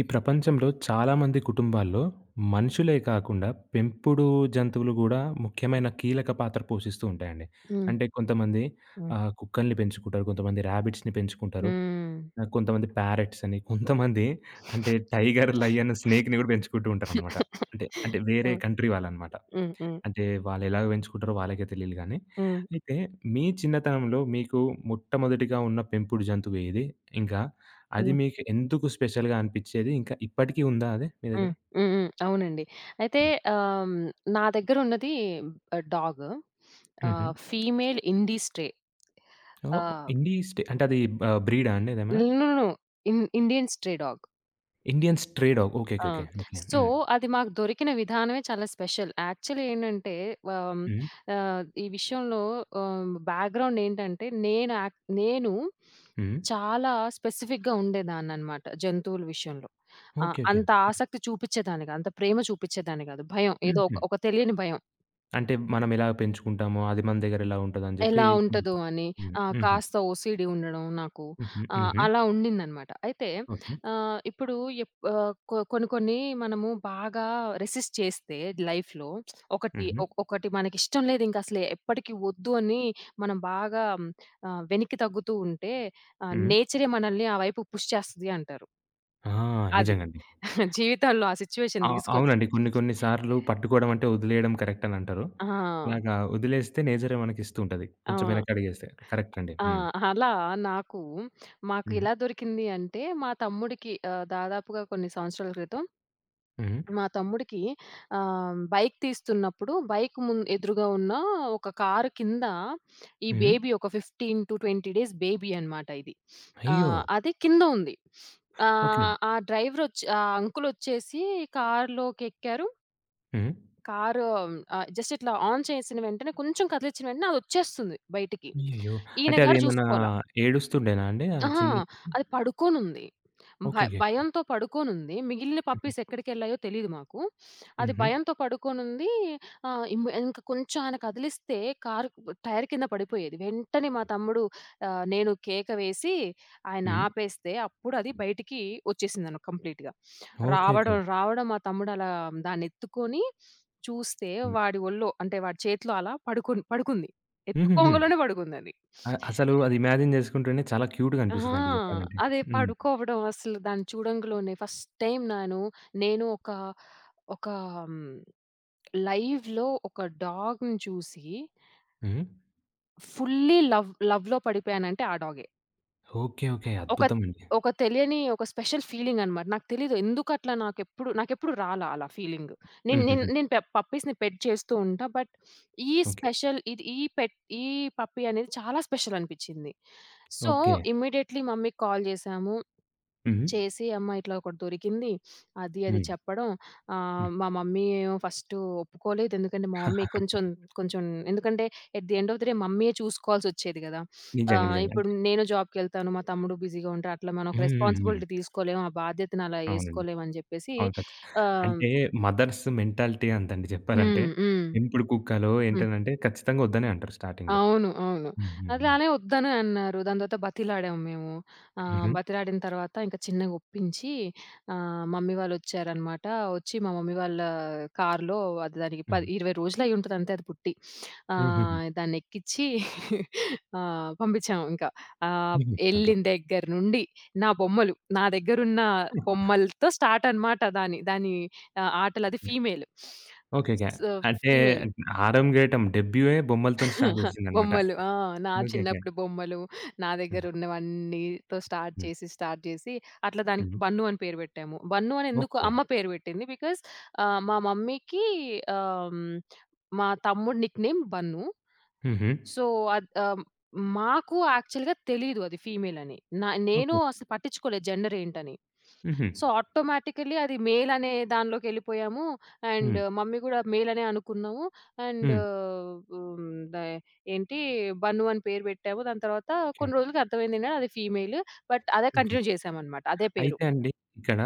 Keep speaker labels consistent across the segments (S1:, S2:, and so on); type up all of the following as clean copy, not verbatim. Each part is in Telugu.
S1: ఈ ప్రపంచంలో చాలామంది కుటుంబాల్లో మనుషులే కాకుండా పెంపుడు జంతువులు గూడా ముఖ్యమైన కీలక పాత్ర పోషిస్తూ ఉంటాయండి.
S2: హ్మ్.
S1: అంటే కొంతమంది
S2: హ్మ్.
S1: కుక్కల్ని పెంచుకుంటారు, కొంతమంది రాబిట్స్‌ని పెంచుకుంటారు,
S2: హ్మ్.
S1: కొంతమంది ప్యారట్స్ అని, కొంతమంది అంటే టైగర్, లయన్, స్నేక్‌ని గూడా పెంచుకుంటూ ఉంటారనమాట. అంటే అంటే వేరే
S2: హ్మ్.
S1: కంట్రీ వాళ్ళనమాట.
S2: హ్మ్. హ్మ్.
S1: అంటే వాళ్ళెలాగ పెంచుకుంటారో వాళ్ళకే తెలీదు గానీ.
S2: హ్మ్.
S1: అయితే మీ చిన్నతనంలో మీకు మొట్టమొదటిగా ఉన్న పెంపుడు జంతువు ఏది? ఇంకా అది
S2: హ్మ్.
S1: మీకు ఎందుకు స్పెషల్‌గా అనిపిచ్చేది? ఇంకా ఇప్పటికి ఉందా అది మీ దగ్గర?
S2: హ్మ్. హ్మ్. హ్మ్. అవునండి. అయితే
S1: హ్మ్.
S2: ఆహ్, హ్మ్, నా దగ్గర ఉన్నది డాగ్.
S1: హుహు.
S2: Female indie stray.
S1: Oh!
S2: Ah,
S1: indie stray అంటే అది బ్రీడా అండి అదేమైనా?
S2: No. No. No. Indian stray dog.
S1: Indian stray dog. Okay.
S2: ఆ!
S1: ఓకే. ఓకే. ఓకే.
S2: సో,
S1: హ్మ్.
S2: అది మాకు దొరికిన విధానమే చాలా స్పెషల్. యాక్చువల్లీ ఏంటంటే ఆహ్,
S1: హ్మ్.
S2: ఆహ్, ఈ విషయంలో బ్యాక్‌గ్రౌండ్ ఏంటంటే నేను
S1: హ్మ్.
S2: చాలా స్పెసిఫిక్‌గా ఉండేదాన్ననమాట జంతువుల విషయంలో. ఆ!
S1: ఓకే. ఓకే.
S2: అంత ఆసక్తి చూపిచ్చేదాన్ని కాదు. అంత ప్రేమ చూపిచ్చేదాన్ని కాదు. భయం ఏదో
S1: హుహు.
S2: ఒక ఒక తెలియని భయం.
S1: అంటే మనం ఎలా పెంచుకుంటామో అది మన దగ్గర ఎలా ఉంటదని జెప్పి
S2: ఎలా ఉంటదో అని.
S1: హ్మ్. హుహు.
S2: కాస్త ఓసీడీ ఉండడం నాకు.
S1: హుహు. హుహు.
S2: అలా ఉండిందనమాట. అయితే
S1: ఓకే.
S2: ఇప్పుడు ఎప్ ఆహ్, కొ కొన్ని కొన్ని మనము బాగా రెసిస్ట్ చేస్తే లైఫ్‌లో
S1: హుహు.
S2: ఒకటి మనకిష్టం లేదు ఇంకసలే ఎప్పటికి వద్దు అని మనం బాగా వెనక్కి తగ్గుతూ ఉంటే
S1: హ్మ్.
S2: నేచరే మనల్ని ఆ వైపు పుష్ చేస్తది అంటారు.
S1: ఆ!
S2: అది.
S1: నిజంగండి.
S2: జీవితంలో ఆ
S1: ఆ!
S2: సిట్యుయేషన్ తీసుకొచ్చి.
S1: అవునండి. కొన్ని కొన్ని సార్లు పట్టుకోవడం అంటే వదిలేయడం కరెక్ట్ అని అంటారు.
S2: ఆ!
S1: అలాగా వదిలేస్తే నేచరే మనకి ఇస్తూ ఉంటది.
S2: ఆ!
S1: కొంచెం వెనకడుగేస్తే. కరెక్ట్ అండి.
S2: ఆ!
S1: హ్మ్.
S2: అలా నాకు మాకు
S1: హ్మ్.
S2: ఎలా దొరికింది అంటే, మా తమ్ముడికి దాదాపుగా కొన్ని సంవత్సరాల క్రితం
S1: హ్మ్.
S2: మా తమ్ముడికి బైక్ తీస్తున్నప్పుడు బైక్ ముం ఎదురుగా ఉన్న ఒక కారు కింద ఈ
S1: హ్మ్.
S2: బేబీ ఒక 15-20 డేస్ బేబీ అనమాట ఇది.
S1: అయ్యో!
S2: అది కింద ఉంది.
S1: ఓకే.
S2: ఆ డ్రైవర్ వచ్చి ఆ అంకుల్ వచ్చేసి కారులోకి ఎక్కారు.
S1: హ్మ్.
S2: కారు జస్ట్ ఇట్లా ఆన్ చేసిన వెంటనే కొంచెం కదిలిచ్చిన వెంటనే అదొచ్చేస్తుంది బయటికి.
S1: అయ్యయ్యో!
S2: ఈయన
S1: అంటే
S2: గారు
S1: అదేమన్నా
S2: చూసుకోల.
S1: ఏడుస్తుండేనా అండి? ఆ
S2: అహా!
S1: చిన్న కుక్క?
S2: అది పడుకోనుంది. భ
S1: ఓకేకే.
S2: భయంతో పడుకోనుంది. మిగిలిన
S1: హుహు.
S2: పప్పీస్ ఎక్కడికెళ్ళాయో తెలీదు మాకు. అది
S1: హుహు.
S2: భయంతో పడుకోనుంది. ఆహ్, ఇంబ్ ఇంక కొంచెం ఆయన కదిలిస్తే కారు టైర్ కింద పడిపోయేది. వెంటనే మా తమ్ముడు నేను కేక వేసి ఆయన
S1: హ్మ్.
S2: ఆపేస్తే అప్పుడు అది బయటికి వచ్చేసిందను కంప్లీట్‌గా.
S1: ఓకే. ఓకే.
S2: రావడం, రావడం మా తమ్ముడు అలా దాన్నెత్తుకొని చూస్తే
S1: హ్మ్.
S2: వాడి ఒళ్ళో అంటే వాడి చేతిలో అలా పడుకుంది.
S1: హుహుహు.
S2: ఎత్తుకోంగలోనే పడుకుందది.
S1: అసలు అది ఇమాజిన్ చేసుకుంటేనే చాలా క్యూట్‌గా
S2: ఆ!
S1: అనిపిస్తదండి చెప్పాలంటే.
S2: అదే
S1: హ్మ్.
S2: పడుకోవడం అసలు దాన్ని చూడంగలోనే ఫస్ట్ టైమ్ నేను ఒక హ్మ్, లైవ్‌లో ఒక డాగ్‌ని చూసి
S1: హ్మ్.
S2: ఫుల్లీ లవ్‌లో పడిపోయానంటే ఆ డాగే.
S1: ఓకే. ఓకే.
S2: ఒక
S1: అద్భుతమండి.
S2: ఒక తెలియని ఒక స్పెషల్ ఫీలింగ్ అన్నమాట. నాకు తెలీదు ఎందుకట్లా నాకెప్పుడు నాకెప్పుడు రాలా అలా ఫీలింగ్. నేను నేను
S1: హుహుహు.
S2: నేను పె పప్పీస్‌ని పెట్ చేస్తూ ఉంటా. బట్ ఈ
S1: ఓకే.
S2: స్పెషల్ ఇది ఈ పెట్ ఈ పప్పీ అనేది చాలా స్పెషల్ అనిపిచ్చింది. So,
S1: okay.
S2: ఇమ్మీడియేట్‌లీ మమ్మీకి కాల్ చేసాము.
S1: హుహు.
S2: చేసి అమ్మ ఇట్లా ఒకటి దొరికింది. అది
S1: హ్మ్.
S2: అది
S1: హ్మ్.
S2: చెప్పడం మా మమ్మీ ఏమో ఫస్టు ఒప్పుకోలేదు. ఎందుకంటే మా మమ్మీ కొంచెం కొంచెం ఎందుకంటే at the end of the day మమ్మీయే చూసుకోవాల్సొచ్చేది గదా!
S1: నిజంగా. నిజంగా.
S2: ఇప్పుడు
S1: అంటే
S2: నేను జాబ్‌కెళ్తాను. మా తమ్ముడు బిజీగా ఉంటాడు. అట్లా మనం ఒక
S1: హ్మ్. హ్మ్. హ్మ్.
S2: రెస్పాన్సిబిలిటీ తీసుకోలేము. ఆ బాధ్యతను అలా
S1: అవునండి.
S2: ఏసుకోలేమని జెప్పేసి
S1: అవును. ఖచ్చిత
S2: ఆహ్
S1: అంటే మదర్స్ మెంటాలిటీ అంతండి చెప్పాలంటే.
S2: హ్మ్. హ్మ్.
S1: పెంపుడు కుక్కలో
S2: హ్మ్.
S1: ఏంటనంటే ఖచ్చితంగా వద్దనే అంటారు స్టార్టింగ్‌లో.
S2: అవును. అవును.
S1: హ్మ్. హ్మ్. హ్మ్.
S2: అట్లానే వద్దని అన్నారు. దాని తర్వాత బతిలాడాము మేము.
S1: హుహు.
S2: బతిలాడిన తర్వాత ఇంకా చిన్నగా ఒప్పించి మమ్మీ వాళ్ళొచ్చారనమాట. వచ్చి మా మమ్మీ వాళ్ళ కారులో అది దానికి
S1: హ్మ్.
S2: 10, 20 రోజులయ్యుంటది అంతే అది పుట్టి.
S1: హుహుహు.
S2: దాన్నెక్కిచ్చి పంపించాము ఇంకా. ఆహ్,
S1: హుహు. ఓకే.
S2: ఎళ్ళిన దగ్గర నుండి నా బొమ్మలు, నా దగ్గరున్న బొమ్మలతో స్టార్ట్ అనమాట దాని దాని ఆటలు అది ఫీమేల్.
S1: ఓకే. ఓకే.
S2: సో,
S1: అంటే
S2: ఫీమేల్.
S1: ఆరంగేటం డెబ్యూయే బొమ్మలతోని స్టార్ట్ చేసిందనమాట.
S2: బొమ్మలు. ఆ! నా
S1: ఓకే. ఓకే.
S2: చిన్నప్పుడు బొమ్మలు, నా
S1: హ్మ్.
S2: దగ్గరున్నవన్నీతో
S1: హ్మ్.
S2: స్టార్ట్ చేసి అట్లా దానికి
S1: హ్మ్.
S2: బన్ను అని పేరు పెట్టాము. బన్ను అని ఎందుకు
S1: ఓకే.
S2: అమ్మ పేరు పెట్టింది. బికాజ్ మా మమ్మీకి ఆహ్, హ్మ్, మా తమ్ముడి నిక్ నేమ్ బన్ను.
S1: హుహు.
S2: సో, అద్ ఆహ్, మాకు యాక్చువల్‌గా తెలీదు అది ఫీమేల్ అని. నేను
S1: ఓకే.
S2: అసలు పట్టించుకోలేదు జెండర్ ఏంటని.
S1: హుహు.
S2: సో, ఆటోమేటికల్లీ అది మేల్ అనే దానిలోకెళ్ళిపోయాము. అండ్
S1: హ్మ్.
S2: మమ్మీ గూడా మేల్ అనే అనుకున్నాము. అండ్
S1: హ్మ్.
S2: హ్మ్, ద ఏంటి బన్ను అని పేరు పెట్టాము. దాని తర్వాత
S1: ఓకే.
S2: కొన్ని రోజులకి అర్థమైంది ఏంటంటే అది ఫీమేల్. బట్ అదే
S1: ఓకే.
S2: కంటిన్యూ చేశామనమాట. అదే పేరు.
S1: అయితే అండి, ఇక్కడ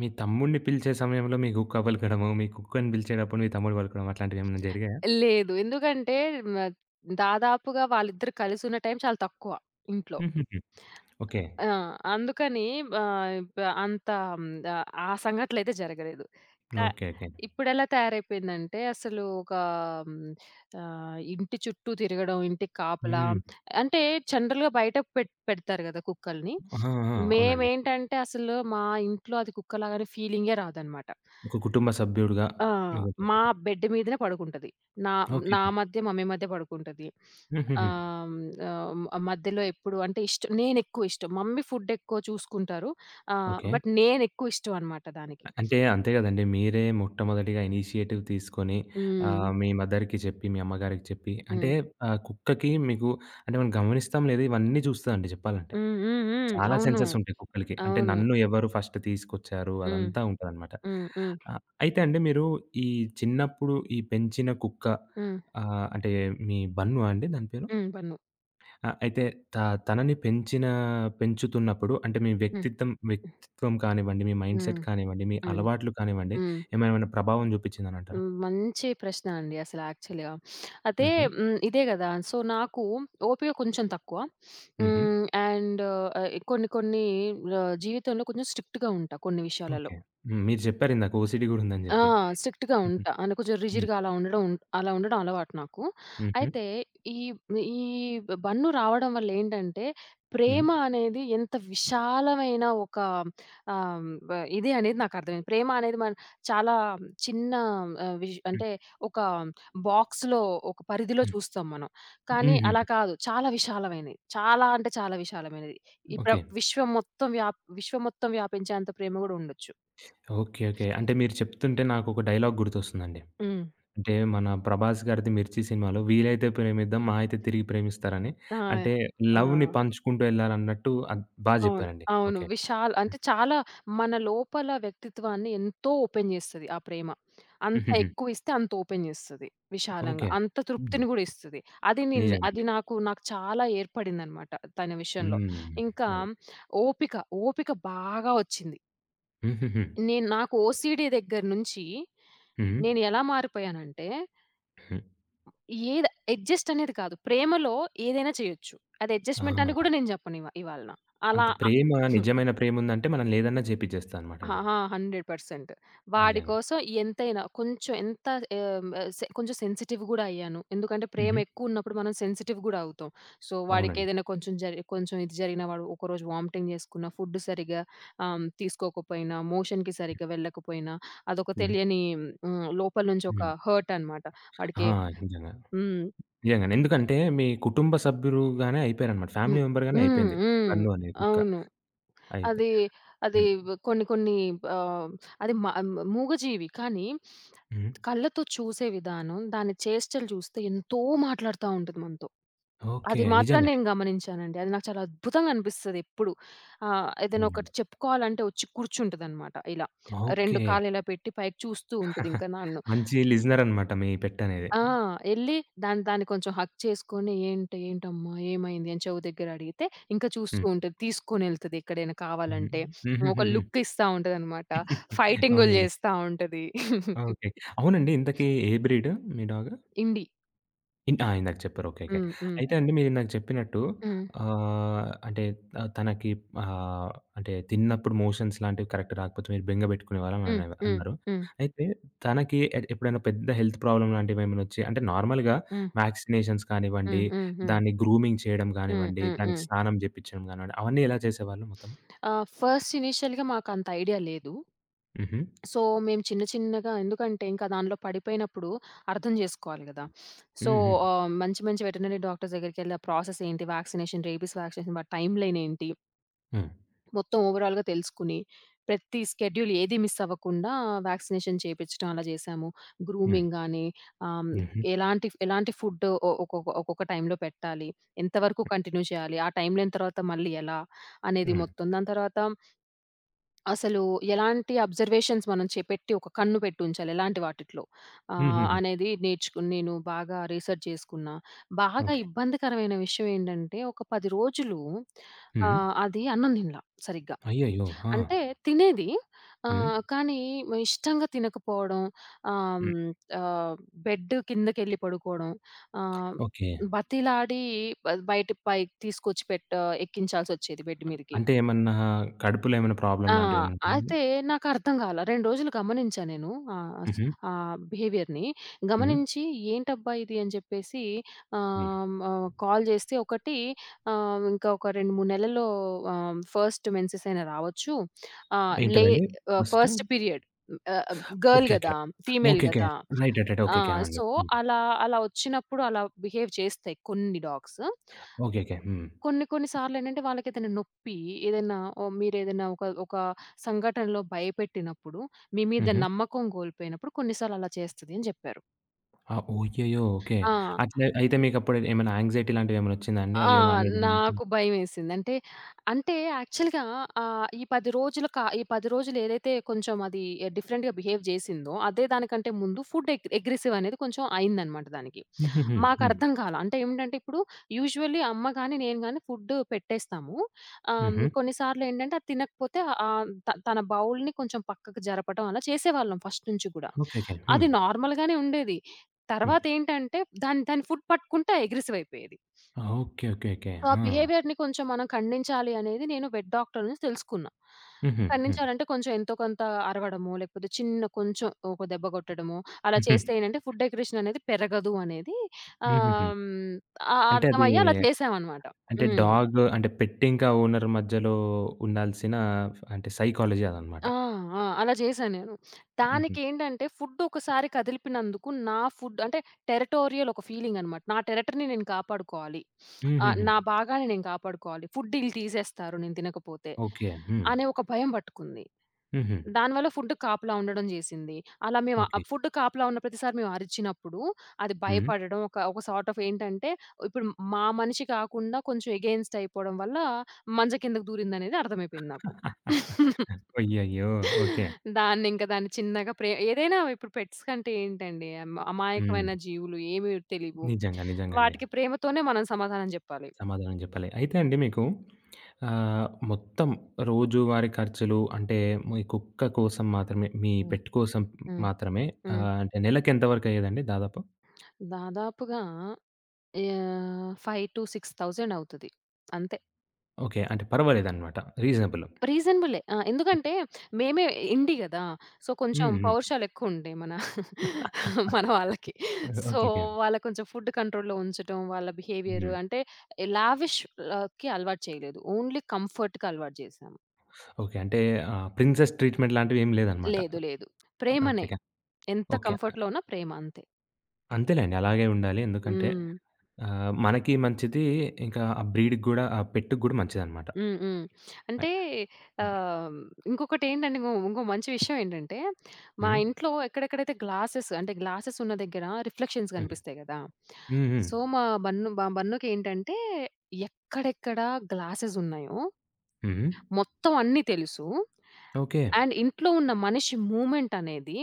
S1: మీ తమ్ముడిని పిలిచే సమయంలో మీ కుక్క పలకడము, మీ కుక్కని పిలిచేటప్పుడు మీ తమ్ముడు పలకడం అట్లాంటివేమన్నా జరిగాయా?
S2: లేదు. ఎందుకంటే మ దాదాపుగా వాళ్ళిద్దరూ కలిసున్న టైం చాలా తక్కువ ఇంట్లో.
S1: హుహుహు. ఓకే.
S2: ఆ! అందుకని ఆహ్, బ అంత హ్మ్, ఆహ్, ఆ సంఘటనలయితే జరగలేదు. కా
S1: ఓకే. ఓకే.
S2: ఇప్పుడెలా తయారైపోయిందంటే అసలు ఒక హ్మ్, ఇంటి చుట్టూ తిరగడం, ఇంటికి కాపలా
S1: హ్మ్.
S2: అంటే జనరల్‌గా బయటకు పెడతారు గదా! కుక్కల్ని.
S1: ఆహా! ఆ! అవునండి.
S2: మేమేంటంటే అసలు మా ఇంట్లో అది కుక్కలాగానే ఫీలింగే రాదనమాట.
S1: ఒక కుటుంబ సభ్యుడుగా
S2: ఆ! మా బెడ్ మీదనే పడుకుంటది. నా
S1: ఓకే.
S2: నా మధ్య, మమ్మీ మధ్య పడుకుంటది.
S1: హుహుహు.
S2: ఆహ్, మధ్యలో ఎప్పుడు అంటే ఇష్టం నేనెక్కువ ఇష్టం. మమ్మీ ఫుడ్ ఎక్కువ చూసుకుంటారు.
S1: ఓకే.
S2: బట్ నేనెక్కువ ఇష్టం అన్నమాట దానికి.
S1: అంటే అంతే గదండీ. మీరే మొట్టమొదటిగా ఇనిషియేటివ్ తీసుకొని
S2: హ్మ్.
S1: మీ మదర్‌కి చెప్పి, మీ అమ్మగారికి చెప్పి అంటే
S2: హ్మ్.
S1: కుక్కకి మీకు అంటే మనం గమనిస్తాం లేదు, ఇవన్నీ చూస్తదండి చెప్పాలంటే.
S2: హ్మ్. హ్మ్. హ్మ్.
S1: చాలా
S2: అవును.
S1: సెన్సెస్ ఉంటాయి కుక్కలకి. అంటే
S2: అవును.
S1: నన్ను ఎవరు ఫస్ట్ తీసుకొచ్చారు
S2: హ్మ్.
S1: అదంతా ఉంటదనమాట.
S2: హ్మ్. హ్మ్. హ్మ్.
S1: అయితే అండి మీరు ఈ చిన్నప్పుడు ఈ పెంచిన కుక్క
S2: హ్మ్.
S1: అంటే మీ బన్ను అండి దాని పేరు?
S2: హ్మ్. బన్ను.
S1: ఆ! అయితే త తనని పెంచిన పెంచుతున్నప్పుడు అంటే మీ
S2: హ్మ్.
S1: వ్యక్తిత్వం వ్యక్తిత్వం కానివ్వండి, మీ
S2: హ్మ్.
S1: మైండ్‌సెట్ కానివ్వండి, మీ
S2: హ్మ్. హ్మ్.
S1: అలవాట్లు కానివ్వండి
S2: హ్మ్.
S1: ఏమైనా ప్రభావం చూపించిందనంటారా?
S2: హ్మ్. మంచి ప్రశ్న అండి అసలు యాక్చువల్‌గా. అయితే
S1: హుహు.
S2: హ్మ్. ఇదే గదా! సో, నాకు ఓపిక కొంచెం తక్కువ.
S1: హుహు.
S2: హ్మ్. అండ్ ఆహ్, కొన్ని కొన్ని ఆహ్, జీవితంలో కొంచెం స్ట్రిక్ట్‌గా ఉంటా కొన్ని విషయాలలో.
S1: ఓకే. హ్మ్. మీరు చెప్పారు ఇందాక ఓసీడీ గూడా ఉందని
S2: ఆ!
S1: జెప్పి.
S2: స్ట్రిక్ట్‌గా
S1: హుహు.
S2: ఉంటా. అంటే కొంచెం
S1: హ్మ్.
S2: రిజిడ్‌గా అలా ఉండడం అలవాటు నాకు.
S1: హుహు.
S2: అయితే ఈ ఈ బన్ను రావడం వల్ల ఏంటంటే,
S1: హ్మ్.
S2: ప్రేమ అనేది ఎంత విశాలమైన ఒక ఆహ్, వ ఇది అనేది నాకర్థమైంది. ప్రేమ అనేది మన చాలా చిన్న విష్
S1: హ్మ్.
S2: అంటే ఒక బాక్స్‌లో ఒక పరిధిలో
S1: హ్మ్.
S2: చూస్తాం మనం. కానీ
S1: హుహు.
S2: అలా కాదు. చాలా విశాలమైనది. చాలా అంటే చాలా విశాలమైనది. ఈ ప్ర
S1: ఓకే.
S2: విశ్వం మొత్తం వ్యాప్ విశ్వం మొత్తం వ్యాపించేంత ప్రేమ గూడా ఉండొచ్చు.
S1: ఓకే. ఓకే. అంటే మీరు చెప్తుంటే నాకొక డైలాగ్ గుర్తొస్తుందండి.
S2: హ్మ్.
S1: అంటే మన 'ప్రభాస్' గారిది 'మిర్చి' సినిమాలో వీలైతే ప్రేమిద్దాం మహా అయితే తిరిగి ప్రేమిస్తారని
S2: ఆ!
S1: అంటే
S2: ఆ!
S1: లవ్‌ని పంచుకుంటూ ఎళ్ళాలన్నట్టు అది బా
S2: అవును.
S1: జెప్పారండి.
S2: అవును.
S1: ఓకే.
S2: విశాల్ అంటే
S1: హ్మ్.
S2: చాలా మన లోపల వ్యక్తిత్వాన్ని ఎంతో ఓపెన్ జేస్తది ఆ ప్రేమ. అంత
S1: హుహుహు.
S2: ఎక్కువిస్తే అంత ఓపెన్ జేస్తది విశాలంగా.
S1: ఓకే.
S2: అంత
S1: హ్మ్.
S2: తృప్తిని గూడా ఇస్తది. అది నిన్
S1: నిజంగా అండి.
S2: అది నాకు నాకు చాలా ఏర్పడిందనమాట తన విషయంలో.
S1: హ్మ్.
S2: ఇంకా
S1: అది.
S2: ఓపిక, ఓపిక బాగా ఒచ్చింది.
S1: హుహుహు.
S2: నాకు ఓసీడీ దగ్గర నుంచి
S1: హ్మ్.
S2: నేను ఎలా మారిపోయానంటే
S1: హ్మ్.
S2: ఏది అడ్జస్ట్ అనేది కాదు. ప్రేమలో ఏదైనా చేయొచ్చు. అది
S1: ఆ!
S2: అడ్జస్ట్‌మెంట్ అని కూడా నేను చెప్పను ఇవాళ. అలా
S1: అంత
S2: అ
S1: ప్రేమ నిజమైన ప్రేముందంటే మనం లేదన్నా
S2: ఆ!
S1: జేపిచ్చేస్తదనమాటండి.
S2: ఆ! 100% వాడి
S1: నిజంగా.
S2: కోసం ఎంతైనా కొంచెం ఎంత ఆహ్, సె కొంచెం సెన్సిటివ్ గూడా అయ్యాను. ఎందుకంటే ప్రేమ
S1: హుహు.
S2: ఎక్కువున్నప్పుడు మనం సెన్సిటివ్ గూడా అవుతాం. సో,
S1: అవునండి.
S2: వాడికేదైనా కొంచెం ఇది జరిగినా వాడు ఒకరోజు వామిటింగ్ చేసుకున్న, ఫుడ్ సరిగ్గా తీసుకోకపోయినా, మోషన్‌కి సరిగ్గా వెళ్ళకపోయినా అదొక
S1: హ్మ్.
S2: తెలియని లోపల నుంచి ఒక
S1: హ్మ్.
S2: హర్ట్ అనమాట.
S1: ఆ!
S2: వాడికి
S1: నిజంగా.
S2: హ్మ్.
S1: నిజంగానే. ఎందుకంటే మీ కుటుంబ సభ్యులుగానే అయిపోయారనమాట. ఫ్యామిలీ
S2: హ్మ్.
S1: మెంబర్‌గానే
S2: హ్మ్.
S1: అయిపోయింది.
S2: హ్మ్.
S1: బన్ను అనే కుక్క
S2: అవును.
S1: అయితే.
S2: అది, అది
S1: హ్మ్.
S2: కొన్ని కొన్ని ఆహ్, అది మ మూగజీవి కానీ
S1: హ్మ్.
S2: కళ్ళతో చూసే విధానం, దాని చేష్టలు చూస్తే ఎంతో మాట్లాడుతా ఉంటది మనతో.
S1: ఓకే.
S2: అది మాత్రం
S1: నిజంగండి.
S2: నేను గమనించానండి. అది నాకు చాలా అద్భుతంగా అనిపిస్తది ఎప్పుడు. ఏదైనా
S1: అవునండి.
S2: ఒకటి చెప్పుకోవాలంటే వచ్చి కూర్చుంటదనమాట ఇలా. 2
S1: ఓకే.
S2: కాళ్ళు ఇలా పెట్టి పైకి చూస్తూ ఉంటది. ఇంకా నా
S1: మంచి లిజనర్ అనమాట మీ పెట్ అనేది.
S2: ఆ! ఎళ్లి దాన్ని దాన్ని కొంచెం హగ్ చేసుకొని "ఏంటి ఏంటమ్మా? ఏమైంది?" అని చెవు దగ్గర అడిగితే ఇంకా చూస్తూ
S1: హ్మ్.
S2: ఉంటది. తీసుకొనెళ్తది ఎక్కడైనా
S1: హ్మ్.
S2: కావాలంటే. ఒక
S1: హుహుహుహు.
S2: లుక్ ఇస్తా ఉంటదనమాట. ఫైటింగులు
S1: అవునండి.
S2: చేస్తా ఉంటది.
S1: ఓకే. అవునండి, ఇంతకీ ఏ బ్రీడ్ మీ డాగ్?
S2: ఇండి.
S1: ఇన్ ఆ! ఇందాక చెప్పారు. ఓకే. ఓకే.
S2: హ్మ్. హ్మ్.
S1: అయితే అండి మీరిందాక చెప్పినట్టు
S2: హ్మ్.
S1: అంటే తనకి ఆహ్, అంటే తిన్నప్పుడు మోషన్స్ లాంటివి కరెక్ట్ రాకపోతే మీరు బెంగ పెట్టుకునేవారని
S2: హ్మ్.
S1: అనే
S2: హ్మ్.
S1: అన్నారు.
S2: హ్మ్.
S1: అయితే తనకి ఎప్పుడైనా పెద్ద హెల్త్ ప్రాబ్లమ్ లాంటివేమైనా వచ్చి అంటే నార్మల్‌గా
S2: హ్మ్.
S1: వ్యాక్సినేషన్స్ కానివ్వండి,
S2: హ్మ్. హ్మ్. హ్మ్.
S1: దాన్ని గ్రూమింగ్ చేయడం
S2: హ్మ్.
S1: కానివ్వండి,
S2: హ్మ్.
S1: దానికి
S2: హ్మ్.
S1: స్నానం జెప్పించడం కానివ్వండి, అవన్నీ ఎలా చేసేవాళ్ళు మొత్తం?
S2: ఫస్ట్ ఇనీషియల్‌గా మాకంత ఐడియా లేదు.
S1: హుహు.
S2: సో, మేము చిన్న చిన్నగా ఎందుకంటే ఇంకా దానిలో పడిపోయినప్పుడు అర్థం జేసుకోవాలి గదా! సో,
S1: హుహు.
S2: మంచి మంచి వెటర్నరీ డాక్టర్స్ దగ్గరికెళ్ళి ఆ ప్రాసెస్ ఏంటి? వ్యాక్సినేషన్, రేబీస్ వ్యాక్సినేషన్ వాటి టైమ్ లైన్ ఏంటి?
S1: హ్మ్.
S2: మొత్తం ఓవరాల్‌గా తెలుసుకుని, ప్రతి స్కెడ్యూల్ ఏది మిస్ అవ్వకుండా వ్యాక్సినేషన్ చేపిచ్చడం అలా జేసాము.
S1: హ్మ్.
S2: గ్రూమింగ్ గాని ఆహ్,
S1: హుహు.
S2: ఎలాంటి ఎలాంటి ఫుడ్ ఒ ఒకొక్క ఒక్కొక్క టైమ్‌లో పెట్టాలి? ఎంతవరకు కంటిన్యూ చేయాలి? ఆ టైమ్ లైన్ తర్వాత మళ్ళీ ఎలా? అనేది
S1: హ్మ్.
S2: మొత్తం. దాని తర్వాత అసలు ఎలాంటి అబ్జర్వేషన్స్ మనం చే పెట్టి ఒక కన్ను పెట్టి ఉంచాలి. ఎలాంటి వాటిట్లో
S1: హుహుహు.
S2: అనేది నేను బాగా రీసెర్చ్ చేసుకున్నా. బాగా
S1: ఓకే.
S2: ఇబ్బందికరమైన విషయం ఏంటంటే, ఒక 10 రోజులు
S1: హ్మ్.
S2: అది అన్నం తినలా సరిగ్గా.
S1: అయ్యయ్యో! ఆ!
S2: అంటే తినేది
S1: హ్మ్.
S2: కానీ ఇష్టంగా తినకపోవడం ఆహ్,
S1: హ్మ్.
S2: హ్మ్, ఆహ్, బెడ్ కిందకెళ్ళి పడుకోవడం. ఆహ్,
S1: ఓకే.
S2: బతిలాడి బయట పైకి తీసుకొచ్చి ఎక్కించాల్సొచ్చేది బెడ్ మీదకి.
S1: అంటే ఏమన్నా కడుపులో ఏమైనా
S2: ఆ!
S1: ప్రాబ్లమ్ లాంటివేమైనా ఉందండి?
S2: అయితే నాకర్థం గాల. 2 రోజులు గమనించా నేను ఆహ్, స్
S1: హుహు.
S2: ఆ బిహేవియర్‌ని.
S1: హ్మ్.
S2: గమనించి ఏంటబ్బా ఇది అని చెప్పేసి
S1: హ్మ్.
S2: ఆహ్, ఆహ్, కాల్ చేస్తే ఒకటి ఇంకా ఒక 2, 3 నెలల్లో ఫస్ట్ మెన్సెస్ అయినా రావచ్చు. ఆహ్, లే
S1: ఏంటిదండి ఫస్ట్?
S2: First period. ఆహ్, గర్ల్
S1: ఓకే. ఓకే.
S2: గదా! Female
S1: okay. ఓకే.
S2: గదా!
S1: రైట్. రైట్. రైట్.
S2: ఆ!
S1: ఓకే. ఓకే. ఆ! అండి.
S2: సో,
S1: హ్మ్.
S2: అలా అలా వచ్చినప్పుడు అలా బిహేవ్ చేస్తాయి కొన్ని డాగ్స్.
S1: ఓకే. ఓకే. హ్మ్.
S2: కొన్ని కొన్ని సార్లేంటంటే వాళ్ళకేదైనా నొప్పి, ఏదైనా ఓహ్, మీరేదైనా ఒక ఒక సంఘటనలో భయపెట్టినప్పుడు, మీ మీద
S1: హుహు.
S2: నమ్మకం కోల్పోయినప్పుడు కొన్ని సార్లు అలా చేస్తది అని జెప్పారు.
S1: ఆ! ఓయ్యయ్యో! ఓకే.
S2: ఆ!
S1: అట్లా అయితే మీకప్పుడు ఏమైనా యాంక్సైటీ లాంటివేమైనా వచ్చిందా అండి?
S2: ఆ!
S1: అయ్యో! నా మీద నమ్మకం
S2: నాకు భయమేసింది. అంటే, అంటే యాక్చువల్‌గా ఈ 10 రోజులు ఏదైతే కొంచెం అది డిఫరెంట్‌గా బిహేవ్ జేసిందో, అదే దానికంటే ముందు ఫుడ్ ఎగ్ అగ్రెసివ్ అనేది కొంచెం అయిందనమాట దానికి.
S1: హుహుహు. హ్మ్.
S2: మాకర్థం కాలా. అంటే ఏమిటంటే ఇప్పుడు యూజువల్లీ అమ్మ గాని, నేను గాని ఫుడ్ పెట్టేస్తాము.
S1: హుహు.
S2: కొన్నిసార్లేంటంటే అది తినకపోతే ఆహ్, త తన బౌల్‌ని కొంచెం పక్కకు జరపటం అలా చేసేవాళ్ళం ఫస్ట్ నుంచి గూడా.
S1: ఓకే. ఓకే. హ్మ్.
S2: అది నార్మల్‌గానే ఉండేది.
S1: హ్మ్.
S2: తర్వాతేంటంటే దాని దాని ఫుడ్ పట్టుకుంటే ఎగ్రెసివ్ అయిపోయేది.
S1: ఓకే. ఓకే. ఓకే.
S2: సో, ఆ
S1: ఆ!
S2: బిహేవియర్‌ని కొంచెం మనం ఖండించాలి అనేది నేను వెట్ డాక్టర్ నుంచి తెలుసుకున్నా.
S1: హుహు. హ్మ్.
S2: ఖండించాలంటే కొంచెం ఎంతో కొంత అరవడమో, లేకపోతే చిన్న కొంచెం ఒక దెబ్బ కొట్టడమో, అలా
S1: హుహు.
S2: చేస్తే ఏంటంటే ఫుడ్ డెకరేషన్ అనేది పెరగదు అనేది
S1: హుహుహు.
S2: ఆహ్, హ్మ్.
S1: అంటే
S2: అర్థమయ్యి అలా చేశామనమాట.
S1: అంటే
S2: హ్మ్.
S1: డాగ్ అంటే పెట్ ఇంకా ఓనర్ మధ్యలో ఉండాల్సిన అంటే సైకాలజీ అదనమాట.
S2: ఆ! ఆ! అలా చేశా నేను.
S1: హుహు.
S2: దానికేంటంటే ఫుడ్ ఒకసారి కదిలిపినందుకు నా ఫుడ్ అంటే టెరిటోరియల్ ఒక ఫీలింగ్ అనమాట. నా టెరిటరీని నేను కాపాడుకోవాలి.
S1: హుహుహు.
S2: నా భాగాన్ని నేను కాపాడుకోవాలి. ఫుడ్ ఈళ్ళు తీసేస్తారు నేను తినకపోతే
S1: ఓకే. హ్మ్.
S2: అనే ఒక భయం పట్టుకుంది.
S1: హుహు.
S2: దానివల్ల ఫుడ్ కాపలా ఉండడం చేసింది. అలా మేము
S1: ఓకే.
S2: ఫుడ్ కాపలా ఉన్న ప్రతిసారి మేము అరిచినప్పుడు అది
S1: హ్మ్.
S2: భయపడడం ఒక ఒక సార్ట్ ఆఫ్ ఏంటంటే ఇప్పుడు మా మనిషి కాకుండా కొంచెం ఎగెయిన్స్ట్ అయిపోవడం వల్ల మంచం కిందకి దూరిందనేది అర్థమైపోయింది నాకు.
S1: అయ్యయ్యో! ఓకే.
S2: దాన్ని చిన్నగా ఏదైనా ఇప్పుడు పెట్స్ కంటే ఏంటండి
S1: హ్మ్.
S2: అమాయకమైన జీవులు ఏమి తెలీవు.
S1: నిజంగా. నిజంగండి.
S2: వాటికి ప్రేమతోనే మనం సమాధానం జెప్పాలి.
S1: సమాధానం చెప్పలే. అయితే అండి మీకు మొత్తం రోజువారీ ఖర్చులు అంటే మీ కుక్క కోసం మాత్రమే, మీ
S2: హ్మ్.
S1: పెట్ కోసం
S2: హ్మ్.
S1: మాత్రమే
S2: హ్మ్.
S1: అంటే నెలకెంత వరకయ్యేదండి దాదాపు?
S2: దాదాపుగా 5,000-6,000 అవుతది. అంతే.
S1: ఓకే. అంటే పర్వాలేదనమాట. రీజనబుల్.
S2: రీజనబులే. ఆ! ఎందుకంటే మేమే ఇండి గదా! సో, కొంచెం
S1: హ్మ్. హ్మ్.
S2: పౌరుషాలెక్కువుంటాయి మన మన వాళ్ళకి.
S1: ఓకే.
S2: So,
S1: okay.
S2: వాళ్ళ కొంచెం ఫుడ్ కంట్రోల్‌లో ఉంచటం, వాళ్ళ బిహేవియర్
S1: హ్మ్.
S2: అంటే లావిష్ ఆహ్, అలవాటు చేయలేదు. ఓన్లీ కంఫర్ట్‌కి అలవాటు చేశాము.
S1: ఓకే. అంటే ప్రిన్సెస్ ట్రీట్‌మెంట్ లాంటివేం లేదనమాట.
S2: లేదు. లేదు. ప్రేమనే.
S1: ఓకేకే.
S2: ఎంత
S1: ఓకే.
S2: కంఫర్ట్‌లో ఉన్నా ప్రేమ అంతే.
S1: అంతేలేండి. అలాగే ఉండాలి. ఎందుకంటే
S2: హ్మ్.
S1: మనకి మంచిది ఇంకా ఆ బ్రీడ్‌కి గూడా ఆ పెట్‌కి గూడా మంచిదనమాట.
S2: హ్మ్. హ్మ్.
S1: అయి
S2: అంటే ఆహ్, ఇంకొకటేంటంటే ఇంగో ఇంకో మంచి విషయం ఏంటంటే, మా
S1: హ్మ్.
S2: ఇంట్లో ఎక్కడెక్కడైతే గ్లాసెస్ ఉన్న దగ్గర రిఫ్లెక్షన్స్
S1: హ్మ్.
S2: కనిపిస్తాయి గదా!
S1: హ్మ్. హ్మ్.
S2: సో, మా బన్నుకేంటంటే ఎక్కడెక్కడ గ్లాసెస్ ఉన్నాయో
S1: హ్మ్.
S2: మొత్తం అన్నీ తెలుసు.
S1: ఓకే.
S2: అండ్ ఇంట్లో ఉన్న మనిషి మూవ్‌మెంట్ అనేది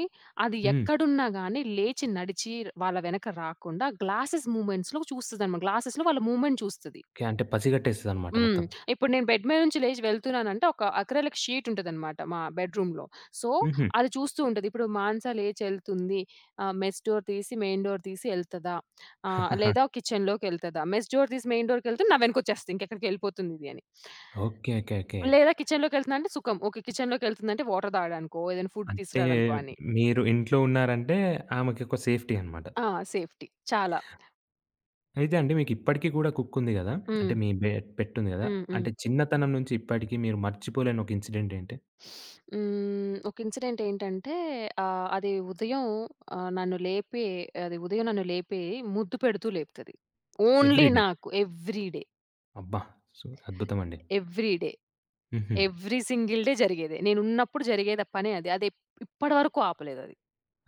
S2: అది
S1: హ్మ్.
S2: ఎక్కడున్నా గాని లేచి నడిచి వాళ్ళ వెనక రాకుండా గ్లాసెస్ మూవ్‌మెంట్స్‌లో చూస్తదనమాట. గ్లాసెస్‌లో వాళ్ళ మూవ్‌మెంట్ చూస్తది.
S1: ఓకే. అంటే పసిగట్టేస్తదనమాట
S2: హ్మ్.
S1: మొత్తం.
S2: ఇప్పుడు నేను బెడ్ మీద నుంచి లేచి వెళ్తున్నానంటే ఒక అక్రిలిక్ షీట్ ఉంటదనమాట మా బెడ్‌రూమ్‌లో. సో,
S1: హుహు.
S2: అది చూస్తూ ఉంటది. ఇప్పుడు మానస లేచెళ్తుంది. మెస్ డోర్ తీసి మెయిన్ డోర్ తీసి ఎళ్తదా?
S1: ఆహా!
S2: లేదా కిచెన్‌లోకెళ్తదా? మెస్ డోర్ తీసి మెయిన్ డోర్‌కెళ్తే నా వెనకొచ్చేస్తది. ఇంకెక్కడికెళ్ళిపోతుందిది అని.
S1: ఓకే. ఓకే. ఓకే.
S2: లేదా కిచెన్‌లోకెళ్తుందంటే సుఖం. ఓకే. కిచెన్‌లోకెళ్తుందంటే వాటర్ తాగడానికో, ఏదైనా ఫుడ్
S1: అంటే
S2: తీసుకురాడానికో అని.
S1: మీరు ఇంట్లో ఉన్నారంటే ఆమెకి ఒక సేఫ్టీ అనమాట.
S2: ఆ! సేఫ్టీ చాలా.
S1: అయితే అండి మీకు ఇప్పటికి గూడా కుక్ ఉంది గదా! అంటే
S2: హ్మ్.
S1: మీ పెట్ ఉంది గదా!
S2: హ్మ్. హ్మ్.
S1: అంటే చిన్నతనం నుంచి ఇప్పటికి మీరు మర్చిపోలేని ఒక ఇన్సిడెంట్ ఏంటి?
S2: హ్మ్. ఒక ఇన్సిడెంట్ ఏంటంటే అది ఉదయం ఆహ్, నన్ను లేపే అది ఉదయం నన్ను లేపి ముద్దు పెడుతూ లేపుతది. Only
S1: every day.
S2: నాకు ఎవ్రీ డే,
S1: అబ్బా! సో అద్భుతమండి.
S2: ఎవ్రీ డే,
S1: హుహు.
S2: ఎవ్రీ సింగిల్ డే జరిగేదే. నేనున్నప్పుడు జరిగేది ఆ పనే అది. అది ఇప్పటి వరకు ఆపలేదది.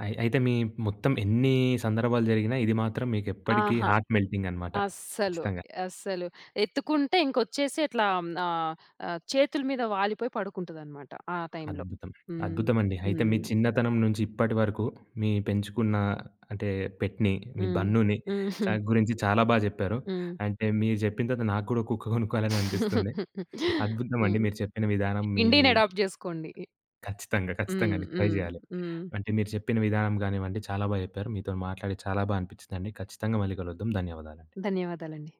S1: అయి అయితే మీ మొత్తం ఎన్ని సందర్భాలు జరిగినా ఇది మాత్రం మీకెప్పటికీ
S2: ఆహా!
S1: హార్ట్ మెల్టింగ్ అనమాట.
S2: అస్సలు.
S1: ఖచ్చితంగా.
S2: అస్సలు. ఎత్తుకుంటే ఇంకొచ్చేసి ఇట్లా ఆహ్, ఆహ్, చేతుల మీద వాలిపోయి పడుకుంటదనమాట ఆ టైంలో.
S1: అద్భుతం.
S2: హ్మ్.
S1: అద్భుతమండి. అయితే మీ
S2: హ్మ్.
S1: చిన్నతనం నుంచి ఇప్పటి వరకు మీ పెంచుకున్న అంటే పెట్‌ని, మీ
S2: హ్మ్.
S1: బన్నుని
S2: హ్మ్.
S1: గురించి చాలా బా జెప్పారు.
S2: హ్మ్.
S1: అంటే మీరు జెప్పిన తర్వాత నాకు గూడా కుక్క కొనుక్కోవాలని అనిపిస్తుంది. అద్భుతమండి మీరు
S2: హ్మ్.
S1: చెప్పిన విధానం మీ
S2: ఇండీని అడాప్ట్ జేసుకోండి.
S1: ఖచ్చితంగా. ఖచ్చితంగా
S2: హ్మ్.
S1: అండి. ట్రై
S2: హ్మ్.
S1: జేయాలి.
S2: హ్మ్.
S1: అంటే మీరు చెప్పిన విధానం గానివ్వండి చాలా బా జెప్పారు. మీతోని మాట్లాడి చాలా బా అనిపిచ్చిందండి. ఖచ్చితంగా మళ్ళీ కలుద్దాం. ధన్యవాదాలండి.
S2: ధన్యవాదాలండి.